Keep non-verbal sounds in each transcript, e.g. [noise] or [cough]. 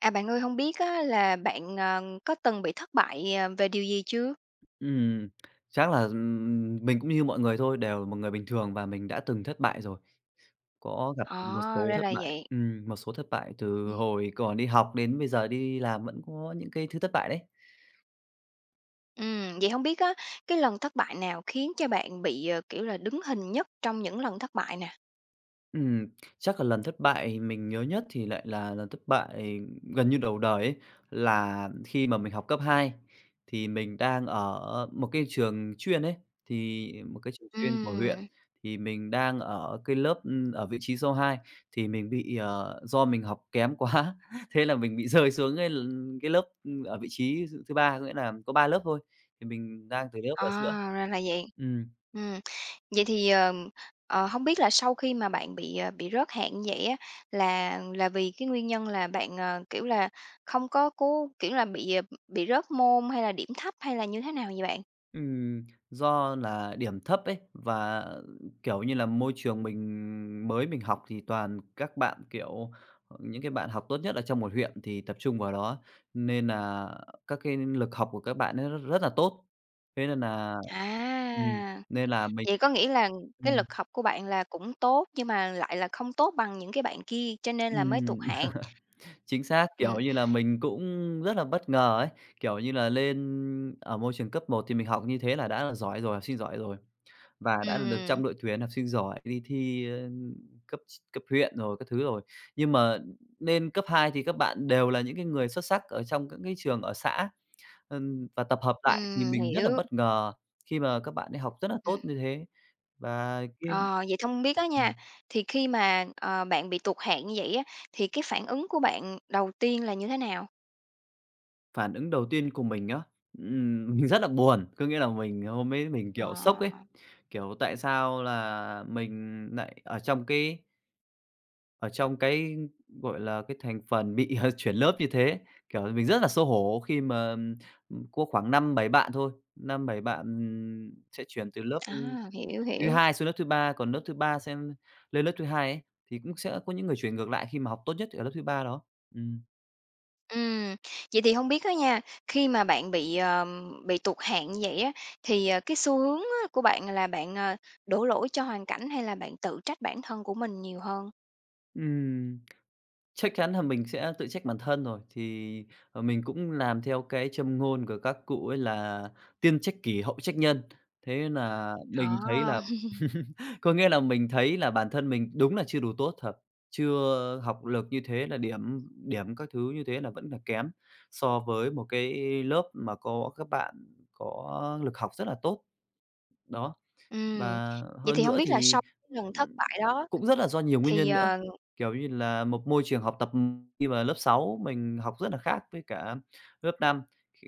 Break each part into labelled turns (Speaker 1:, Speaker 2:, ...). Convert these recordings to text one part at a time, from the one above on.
Speaker 1: À, bạn ơi, không biết á là bạn, có từng bị thất bại, về điều gì chưa?
Speaker 2: Ừm, chắc là, mình cũng như mọi người thôi, đều là một người bình thường và mình đã từng thất bại rồi. Có gặp một
Speaker 1: À,
Speaker 2: số
Speaker 1: ra
Speaker 2: thất
Speaker 1: là
Speaker 2: bại
Speaker 1: vậy.
Speaker 2: một số thất bại từ
Speaker 1: Ừm,
Speaker 2: hồi còn đi học đến bây giờ đi làm vẫn có những cái thứ thất bại đấy.
Speaker 1: vậy không biết á, cái lần thất bại nào khiến cho bạn bị, kiểu là, đứng hình nhất trong những lần thất bại nè?
Speaker 2: Ừm, chắc là lần thất bại mình nhớ nhất thì lại là lần thất bại gần như đầu đời ấy, là khi mà mình học cấp hai. Thì mình đang ở một cái trường chuyên ấy, thì một cái trường chuyên của huyện,
Speaker 1: Ừm,
Speaker 2: thì mình đang ở cái lớp, ở vị trí số 2 thì mình bị, do mình học kém quá, [laughs] thế là mình bị rơi xuống cái cái lớp, ở vị trí thứ ba, có nghĩa là có 3 lớp thôi, thì mình đang từ lớp
Speaker 1: à,
Speaker 2: ở giữa.
Speaker 1: ra là vậy. Ừm, vậy thì, hông biết là sau khi mà bạn bị, bị rớt hạng như vậy á, là vì cái nguyên nhân là bạn, kiểu là, không có cố kiểu là, bị, bị rớt môn hay là điểm thấp hay là như thế nào vậy bạn?
Speaker 2: Ừm, do là điểm thấp ấy, và kiểu như là, môi trường mình mới mình học thì toàn các bạn, kiểu, những cái bạn học tốt nhất ở trong một huyện thì tập trung vào đó, nên là các cái lực học của các bạn ấy rất rất là tốt. Thế ừm,
Speaker 1: À!
Speaker 2: nên là mình
Speaker 1: Vậy có nghĩa là cái
Speaker 2: ừm,
Speaker 1: lực học của bạn là cũng tốt, nhưng mà lại là không tốt bằng những cái bạn kia, cho nên là mới tụt
Speaker 2: ừm.
Speaker 1: hạng.
Speaker 2: [laughs] Chính xác, kiểu
Speaker 1: Ừm,
Speaker 2: như là, mình cũng rất là bất ngờ ấy, kiểu như là, lên ở môi trường cấp một thì mình học như thế là đã là giỏi rồi, học sinh giỏi rồi, và đã là được
Speaker 1: ừm,
Speaker 2: trong đội tuyển học sinh giỏi đi thi, cấp cấp huyện rồi các thứ rồi. Nhưng mà lên cấp 2 thì các bạn đều là những cái người xuất sắc ở trong các cái trường ở xã, và tập hợp lại thì mình rất là
Speaker 1: hiểu,
Speaker 2: bất ngờ khi mà các bạn ấy học rất là tốt
Speaker 1: ừm.
Speaker 2: như thế. Và cái
Speaker 1: Ờ, vậy không biết á nha, thì khi mà, bạn bị tụt hạng như vậy á, thì cái phản ứng của bạn đầu tiên là như thế nào?
Speaker 2: Phản ứng đầu tiên của mình á, mình rất là buồn, có nghĩa là mình hôm ấy mình, kiểu, sốc ấy,
Speaker 1: Ờ,
Speaker 2: kiểu, tại sao là mình nại ở trong cái, gọi là, cái thành phần bị, [laughs] chuyển lớp như thế. Kiểu, mình rất là xấu hổ khi mà, có khoảng 5 7 bạn thôi, sẽ chuyển từ lớp
Speaker 1: à, hiểu,
Speaker 2: thứ
Speaker 1: hiểu.
Speaker 2: hai xuống lớp thứ ba, còn lớp thứ ba sẽ lên lớp thứ hai ấy, thì cũng sẽ có những người chuyển ngược lại khi mà học tốt nhất ở lớp thứ ba đó. Ừm.
Speaker 1: Ừm, vậy thì không biết đó nha, khi mà bạn bị tụt hạng như vậy á, thì, cái xu hướng á của bạn là bạn, đổ lỗi cho hoàn cảnh hay là bạn tự trách bản thân của mình nhiều hơn?
Speaker 2: Ừm, chắc chắn là mình sẽ tự trách bản thân rồi, thì, mình cũng làm theo cái châm ngôn của các cụ ấy là "Tiên trách kỷ, hậu trách nhân." Thế là mình
Speaker 1: Ờ,
Speaker 2: thấy là
Speaker 1: [laughs]
Speaker 2: [laughs] có nghĩa là mình thấy là bản thân mình đúng là chưa đủ tốt thật, chưa học lực như thế là điểm điểm các thứ như thế là vẫn là kém so với một cái lớp mà có các bạn có lực học rất là tốt, đó.
Speaker 1: ừm,
Speaker 2: Và
Speaker 1: vậy
Speaker 2: hơn
Speaker 1: thì không
Speaker 2: nữa
Speaker 1: biết là
Speaker 2: thì,
Speaker 1: sau cái lần thất
Speaker 2: ừm,
Speaker 1: bại đó
Speaker 2: cũng rất là do nhiều nguyên
Speaker 1: thì,
Speaker 2: nhân nữa, kiểu như là, một môi trường học tập, khi mà lớp 6 mình học rất là khác với cả lớp năm,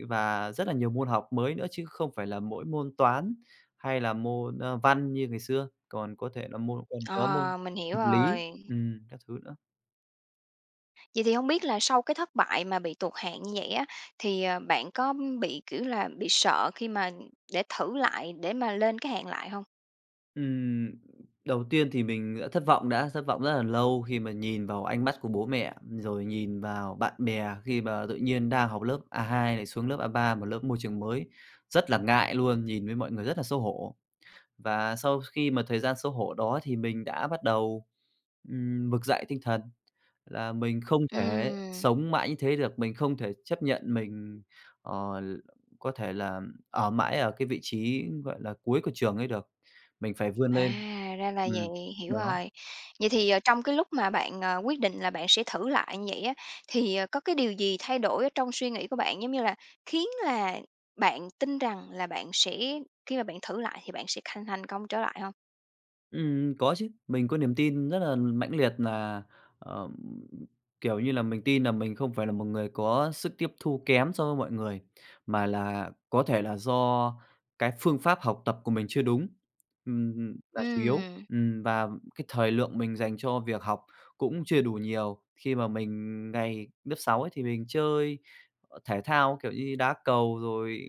Speaker 2: và rất là nhiều môn học mới nữa chứ không phải là mỗi môn toán hay là môn, văn như ngày xưa, còn có thể là môn còn có môn
Speaker 1: ờ, mình hiểu
Speaker 2: vật lý,
Speaker 1: rồi.
Speaker 2: các thứ nữa.
Speaker 1: Vậy thì không biết là sau cái thất bại mà bị tụt hạng như vậy á, thì, bạn có bị, kiểu là, bị sợ khi mà để thử lại để mà lên cái hạng lại không?
Speaker 2: Ừm, đầu tiên thì mình thất vọng rất là lâu khi mà nhìn vào ánh mắt của bố mẹ, rồi nhìn vào bạn bè khi mà tự nhiên đang học lớp A2 lại xuống lớp A3, một lớp môi trường mới, rất là ngại luôn, nhìn với mọi người rất là xấu hổ. Và sau khi mà thời gian xấu hổ đó thì mình đã bắt đầu, vực dậy tinh thần. Là mình không thể
Speaker 1: Ừm.
Speaker 2: sống mãi như thế được, mình không thể chấp nhận mình, ờ, có thể là ở mãi ở cái vị trí, gọi là, cuối của trường ấy được, mình phải vươn lên.
Speaker 1: À, ra là
Speaker 2: Ừm,
Speaker 1: vậy, hiểu
Speaker 2: đó.
Speaker 1: rồi. Vậy thì, trong cái lúc mà bạn, quyết định là bạn sẽ thử lại như vậy á, thì, có cái điều gì thay đổi ở trong suy nghĩ của bạn, giống như là, khiến là bạn tin rằng là bạn sẽ khi mà bạn thử lại thì bạn sẽ thành thành công trở lại không?
Speaker 2: Có chứ, mình có niềm tin rất là mãnh liệt là, ờ, kiểu như là, mình tin là mình không phải là một người có sức tiếp thu kém so với mọi người, mà là có thể là do cái phương pháp học tập của mình chưa đúng, là chủ yếu.
Speaker 1: Ừm.
Speaker 2: Và cái thời lượng mình dành cho việc học cũng chưa đủ nhiều. Khi mà mình ngày lớp 6 ấy thì mình chơi, thể thao, kiểu như, đá cầu rồi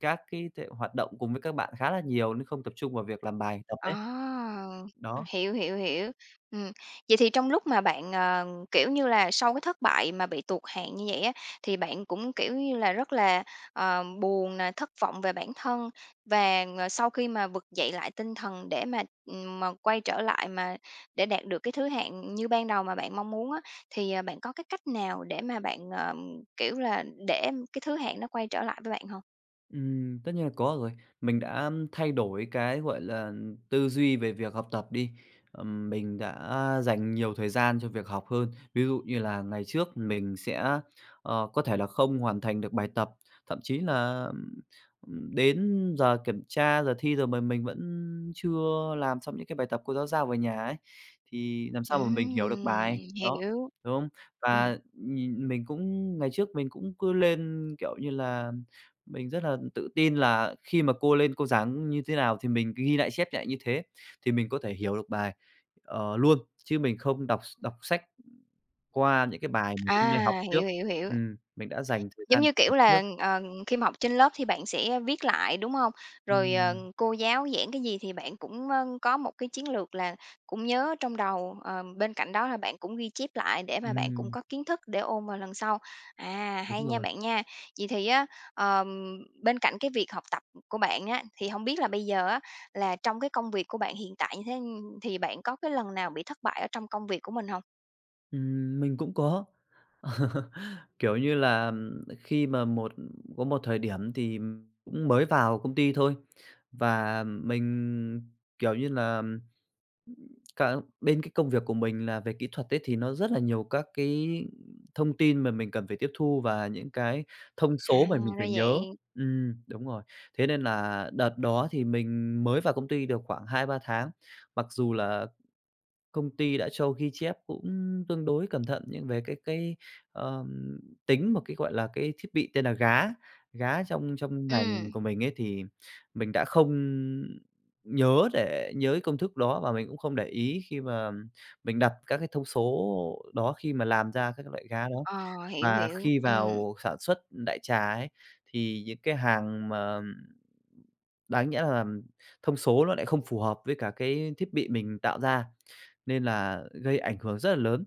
Speaker 2: các cái thể hoạt động cùng với các bạn khá là nhiều, nên không tập trung vào việc làm bài tập ấy,
Speaker 1: À,
Speaker 2: đó.
Speaker 1: hiểu, hiểu, hiểu. Ừm, vậy thì trong lúc mà bạn, kiểu như là, sau cái thất bại mà bị tụt hạng như vậy á, thì bạn cũng, kiểu như là, rất là, buồn nè, thất vọng về bản thân và, sau khi mà vực dậy lại tinh thần để mà quay trở lại mà để đạt được cái thứ hạng như ban đầu mà bạn mong muốn á, thì, bạn có cái cách nào để mà bạn, kiểu là, để cái thứ hạng nó quay trở lại với bạn không?
Speaker 2: Tất nhiên là có rồi. Mình đã thay đổi cái, gọi là, tư duy về việc học tập đi. Mình đã dành nhiều thời gian cho việc học hơn. Ví dụ như là ngày trước mình sẽ, có thể là không hoàn thành được bài tập, thậm chí là, đến giờ kiểm tra, giờ thi rồi mà mình vẫn chưa làm xong những cái bài tập cô giáo giao về nhà ấy, thì làm sao mà mình hiểu được bài,
Speaker 1: Ừm,
Speaker 2: đó,
Speaker 1: hiểu.
Speaker 2: đúng không?
Speaker 1: Ừm,
Speaker 2: Và nhìn mình cũng ngày trước mình cũng cứ lên, kiểu như là mình rất là tự tin là khi mà cô lên cô giảng như thế nào thì mình cứ ghi lại, chép lại như thế thì mình có thể hiểu được bài, luôn, chứ mình không đọc sách qua những cái bài mình hôm nay học
Speaker 1: à,
Speaker 2: trước.
Speaker 1: hiểu, hiểu, hiểu.
Speaker 2: Mình đã dành thời
Speaker 1: Giống
Speaker 2: gian
Speaker 1: như, kiểu
Speaker 2: học trước.
Speaker 1: là, khi mà học trên lớp thì bạn sẽ viết lại, đúng không? Rồi,
Speaker 2: Ừm,
Speaker 1: cô giáo giảng cái gì thì bạn cũng, có một cái chiến lược là cũng nhớ trong đầu, bên cạnh đó là bạn cũng ghi chép lại để mà bạn cũng
Speaker 2: ừm,
Speaker 1: có kiến thức để ôn vào lần sau. À,
Speaker 2: đúng
Speaker 1: hay nha
Speaker 2: rồi.
Speaker 1: bạn nha. Vậy thì á, ờm, bên cạnh cái việc học tập của bạn á, thì không biết là bây giờ á, là trong cái công việc của bạn hiện tại như thế thì bạn có cái lần nào bị thất bại ở trong công việc của mình không?
Speaker 2: Mình cũng có. [laughs] Kiểu như là, khi mà có một thời điểm thì cũng mới vào công ty thôi, và mình, kiểu như là cả bên cái công việc của mình là về kỹ thuật ấy, thì nó rất là nhiều các cái thông tin mà mình cần phải tiếp thu và những cái thông
Speaker 1: À,
Speaker 2: số mà mình
Speaker 1: ra
Speaker 2: phải
Speaker 1: vậy.
Speaker 2: nhớ. Đúng rồi. Thế nên là đợt đó thì mình mới vào công ty được khoảng 2-3 tháng, mặc dù là công ty đã cho ghi chép cũng tương đối cẩn thận, nhưng về cái, ờm, tính một cái, gọi là, cái thiết bị tên là gá. Gá trong trong
Speaker 1: Ừm,
Speaker 2: ngành của mình ấy thì mình đã không nhớ để nhớ cái công thức đó, và mình cũng không để ý khi mà mình đặt các cái thông số đó khi mà làm ra các loại gá đó.
Speaker 1: ờ, hiểu,
Speaker 2: Mà
Speaker 1: hiểu,
Speaker 2: khi vào sản xuất đại trà ấy, thì những cái hàng mà đáng nhẽ là thông số nó lại không phù hợp với cả cái thiết bị mình tạo ra. Nên là gây ảnh hưởng rất là lớn,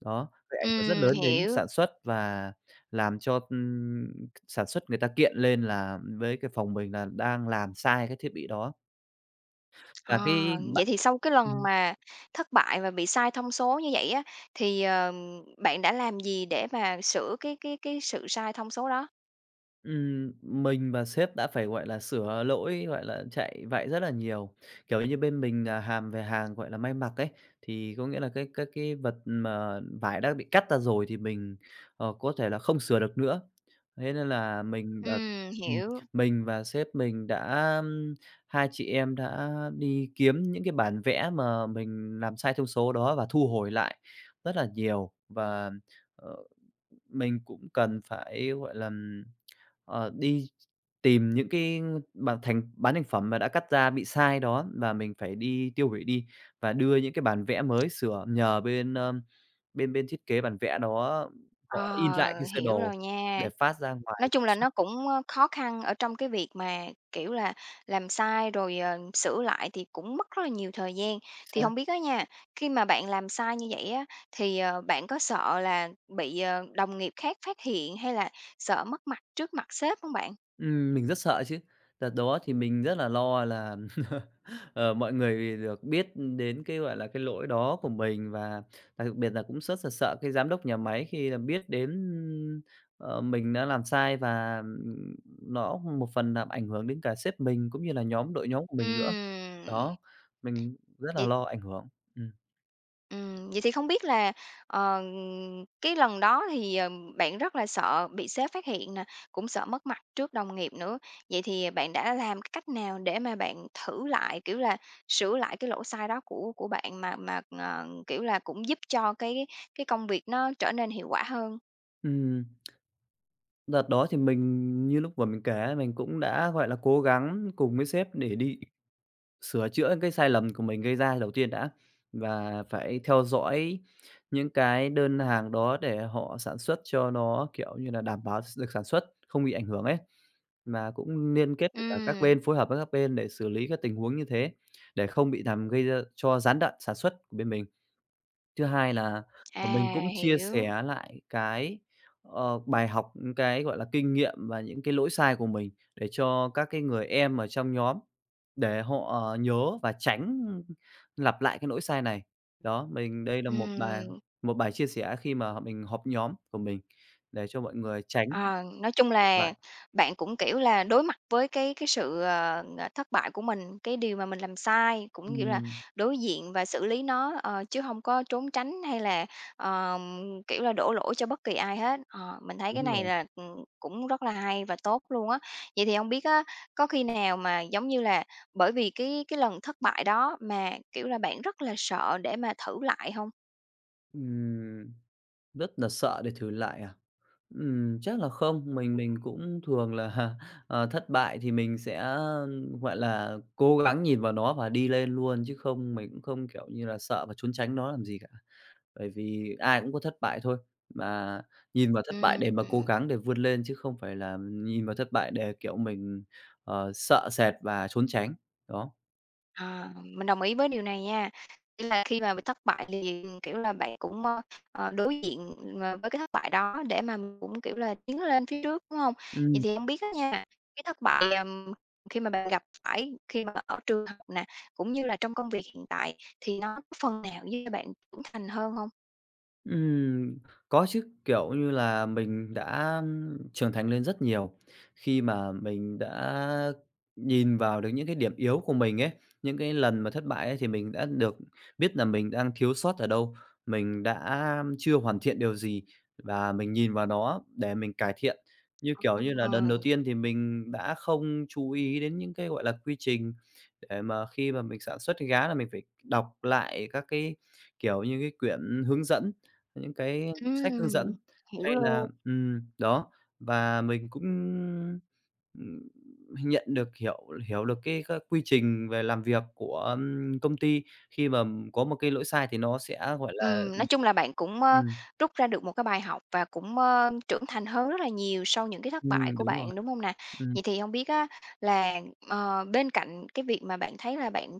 Speaker 2: đó, gây ảnh hưởng rất lớn đến
Speaker 1: Hiểu.
Speaker 2: sản xuất và làm cho, sản xuất người ta kiện lên là với cái phòng mình là đang làm sai cái thiết bị đó.
Speaker 1: Ờ,
Speaker 2: Và cái bạn
Speaker 1: vậy thì sau cái lần
Speaker 2: ừm.
Speaker 1: mà thất bại và bị sai thông số như vậy á, thì, bạn đã làm gì để mà sửa cái sự sai thông số đó?
Speaker 2: Mình và sếp đã phải, gọi là, sửa lỗi, gọi là, chạy vạy rất là nhiều. Kiểu như bên mình là hàm về hàng, gọi là, may mặc ấy, thì có nghĩa là cái vật mà vải đã bị cắt ra rồi thì mình, có thể là không sửa được nữa. Thế nên là mình đợt ừm,
Speaker 1: Hiểu.
Speaker 2: mình và sếp mình đã hai chị em đã đi kiếm những cái bản vẽ mà mình làm sai thông số đó và thu hồi lại rất là nhiều. Và, ờ mình cũng cần phải, gọi là, đi tìm những cái bản thành bán thành phẩm mà đã cắt ra bị sai đó, và mình phải đi tiêu hủy đi và đưa những cái bản vẽ mới sửa nhờ bên, bên thiết kế bản vẽ đó họ in lại
Speaker 1: Ờ,
Speaker 2: cái sơ
Speaker 1: hiểu
Speaker 2: đồ
Speaker 1: rồi nha.
Speaker 2: để phát ra ngoài
Speaker 1: Nói
Speaker 2: sản
Speaker 1: chung là
Speaker 2: xuất.
Speaker 1: nó cũng, khó khăn ở trong cái việc mà, kiểu là, làm sai rồi, sửa lại thì cũng mất rất là nhiều thời gian. Thì không biết á nha, khi mà bạn làm sai như vậy á, thì, bạn có sợ là bị, đồng nghiệp khác phát hiện hay là sợ mất mặt trước mặt sếp hông bạn?
Speaker 2: Mình rất sợ chứ. Đợt đó thì mình rất là lo là, [laughs] mọi người được biết đến cái, gọi là, cái lỗi đó của mình, và đặc biệt là cũng rất là sợ cái giám đốc nhà máy khi là biết đến, mình đã làm sai, và nó một phần làm ảnh hưởng đến cả sếp mình cũng như là nhóm đội nhóm của mình nữa.
Speaker 1: Ừm,
Speaker 2: Đó, mình rất là
Speaker 1: vậy
Speaker 2: lo ảnh hưởng. Ừm.
Speaker 1: Vậy thì không biết là, ờ, cái lần đó thì, bạn rất là sợ bị sếp phát hiện nè, cũng sợ mất mặt trước đồng nghiệp nữa. Vậy thì bạn đã làm cái cách nào để mà bạn thử lại, kiểu là, sửa lại cái lỗi sai đó của bạn mà kiểu là, cũng giúp cho cái công việc nó trở nên hiệu quả hơn?
Speaker 2: Ừm, đợt đó thì mình như lúc vừa mình kể, mình cũng đã, gọi là, cố gắng cùng với sếp để đi sửa chữa những cái sai lầm của mình gây ra đầu tiên đã, và phải theo dõi những cái đơn hàng đó để họ sản xuất cho nó, kiểu như là, đảm bảo được sản xuất, không bị ảnh hưởng ấy. Mà cũng liên kết với cả các
Speaker 1: Ừm,
Speaker 2: bên, phối hợp với các bên để xử lý các tình huống như thế, để không bị làm gây ra cho gián đoạn sản xuất của bên mình. Thứ hai là, mình
Speaker 1: à,
Speaker 2: cũng chia
Speaker 1: hiểu.
Speaker 2: sẻ lại cái, bài học, những cái, gọi là, kinh nghiệm và những cái lỗi sai của mình để cho các cái người em ở trong nhóm để họ nhớ và tránh lặp lại cái lỗi sai này. Đó, mình đây là
Speaker 1: Ừm.
Speaker 2: một bài chia sẻ khi mà mình họp nhóm của mình để cho mọi người tránh
Speaker 1: Ờ, nói chung
Speaker 2: lặp
Speaker 1: là
Speaker 2: lại.
Speaker 1: bạn cũng, kiểu là, đối mặt với cái sự, thất bại của mình, cái điều mà mình làm sai, cũng, kiểu là,
Speaker 2: Ừm,
Speaker 1: đối diện và xử lý nó, chứ không có trốn tránh hay là, ờm, kiểu là, đổ lỗi cho bất kỳ ai hết. Ờ, mình thấy cái
Speaker 2: đúng
Speaker 1: này
Speaker 2: rồi.
Speaker 1: là, cũng rất là hay và tốt luôn á. Vậy thì không biết á, có khi nào mà, giống như là, bởi vì cái lần thất bại đó mà, kiểu là, bạn rất là sợ để mà thử lại không?
Speaker 2: Ừm, rất là sợ để thử lại à? Chắc là không, mình cũng thường là, [laughs] thất bại thì mình sẽ, gọi là, cố gắng nhìn vào nó và đi lên luôn, chứ không mình cũng không, kiểu như là, sợ và trốn tránh nó làm gì cả. Bởi vì ai cũng có thất bại thôi, mà nhìn vào thất bại để mà cố
Speaker 1: Ừm.
Speaker 2: gắng để vươn lên chứ không phải là nhìn vào thất bại để, kiểu, mình, sợ sệt và trốn tránh, đó.
Speaker 1: À, mình đồng ý với điều này nha. Nghĩa là khi mà bị thất bại thì, kiểu là, bạn cũng, đối diện, với cái thất bại đó để mà mình cũng, kiểu là, tiến lên phía trước, đúng không? Vậy
Speaker 2: Ừm.
Speaker 1: thì hông biết á nha, cái thất bại, khi mà bạn gặp phải khi mà ở trường học nè, cũng như là trong công việc hiện tại thì nó có phần nào giúp cho bạn trưởng thành hơn không?
Speaker 2: Ừm, có chứ, kiểu như là, mình đã trưởng thành lên rất nhiều khi mà mình đã nhìn vào được những cái điểm yếu của mình ấy. Những cái lần mà thất bại ấy thì mình đã được biết là mình đang thiếu sót ở đâu, mình đã chưa hoàn thiện điều gì, và mình nhìn vào nó để mình cải thiện. Như kiểu như là,
Speaker 1: Ờ,
Speaker 2: lần đầu tiên thì mình đã không chú ý đến những cái, gọi là, quy trình để mà khi mà mình sản xuất cái gá là mình phải đọc lại các cái, kiểu như, cái quyển hướng dẫn, những cái sách hướng dẫn
Speaker 1: ừm, hiểu
Speaker 2: hay là
Speaker 1: luôn.
Speaker 2: đó, và mình cũng, ừm, nhận được hiểu hiểu được cái các quy trình về làm việc của, công ty. Khi mà có một cái lỗi sai thì nó sẽ, gọi là
Speaker 1: Nói chung là bạn cũng,
Speaker 2: ừm,
Speaker 1: rút ra được một cái bài học và cũng, trưởng thành hơn rất là nhiều sau những cái thất bại của
Speaker 2: đúng rồi,
Speaker 1: bạn, đúng không nè? Vậy
Speaker 2: ừm.
Speaker 1: thì không biết á là, bên cạnh cái việc mà bạn thấy là bạn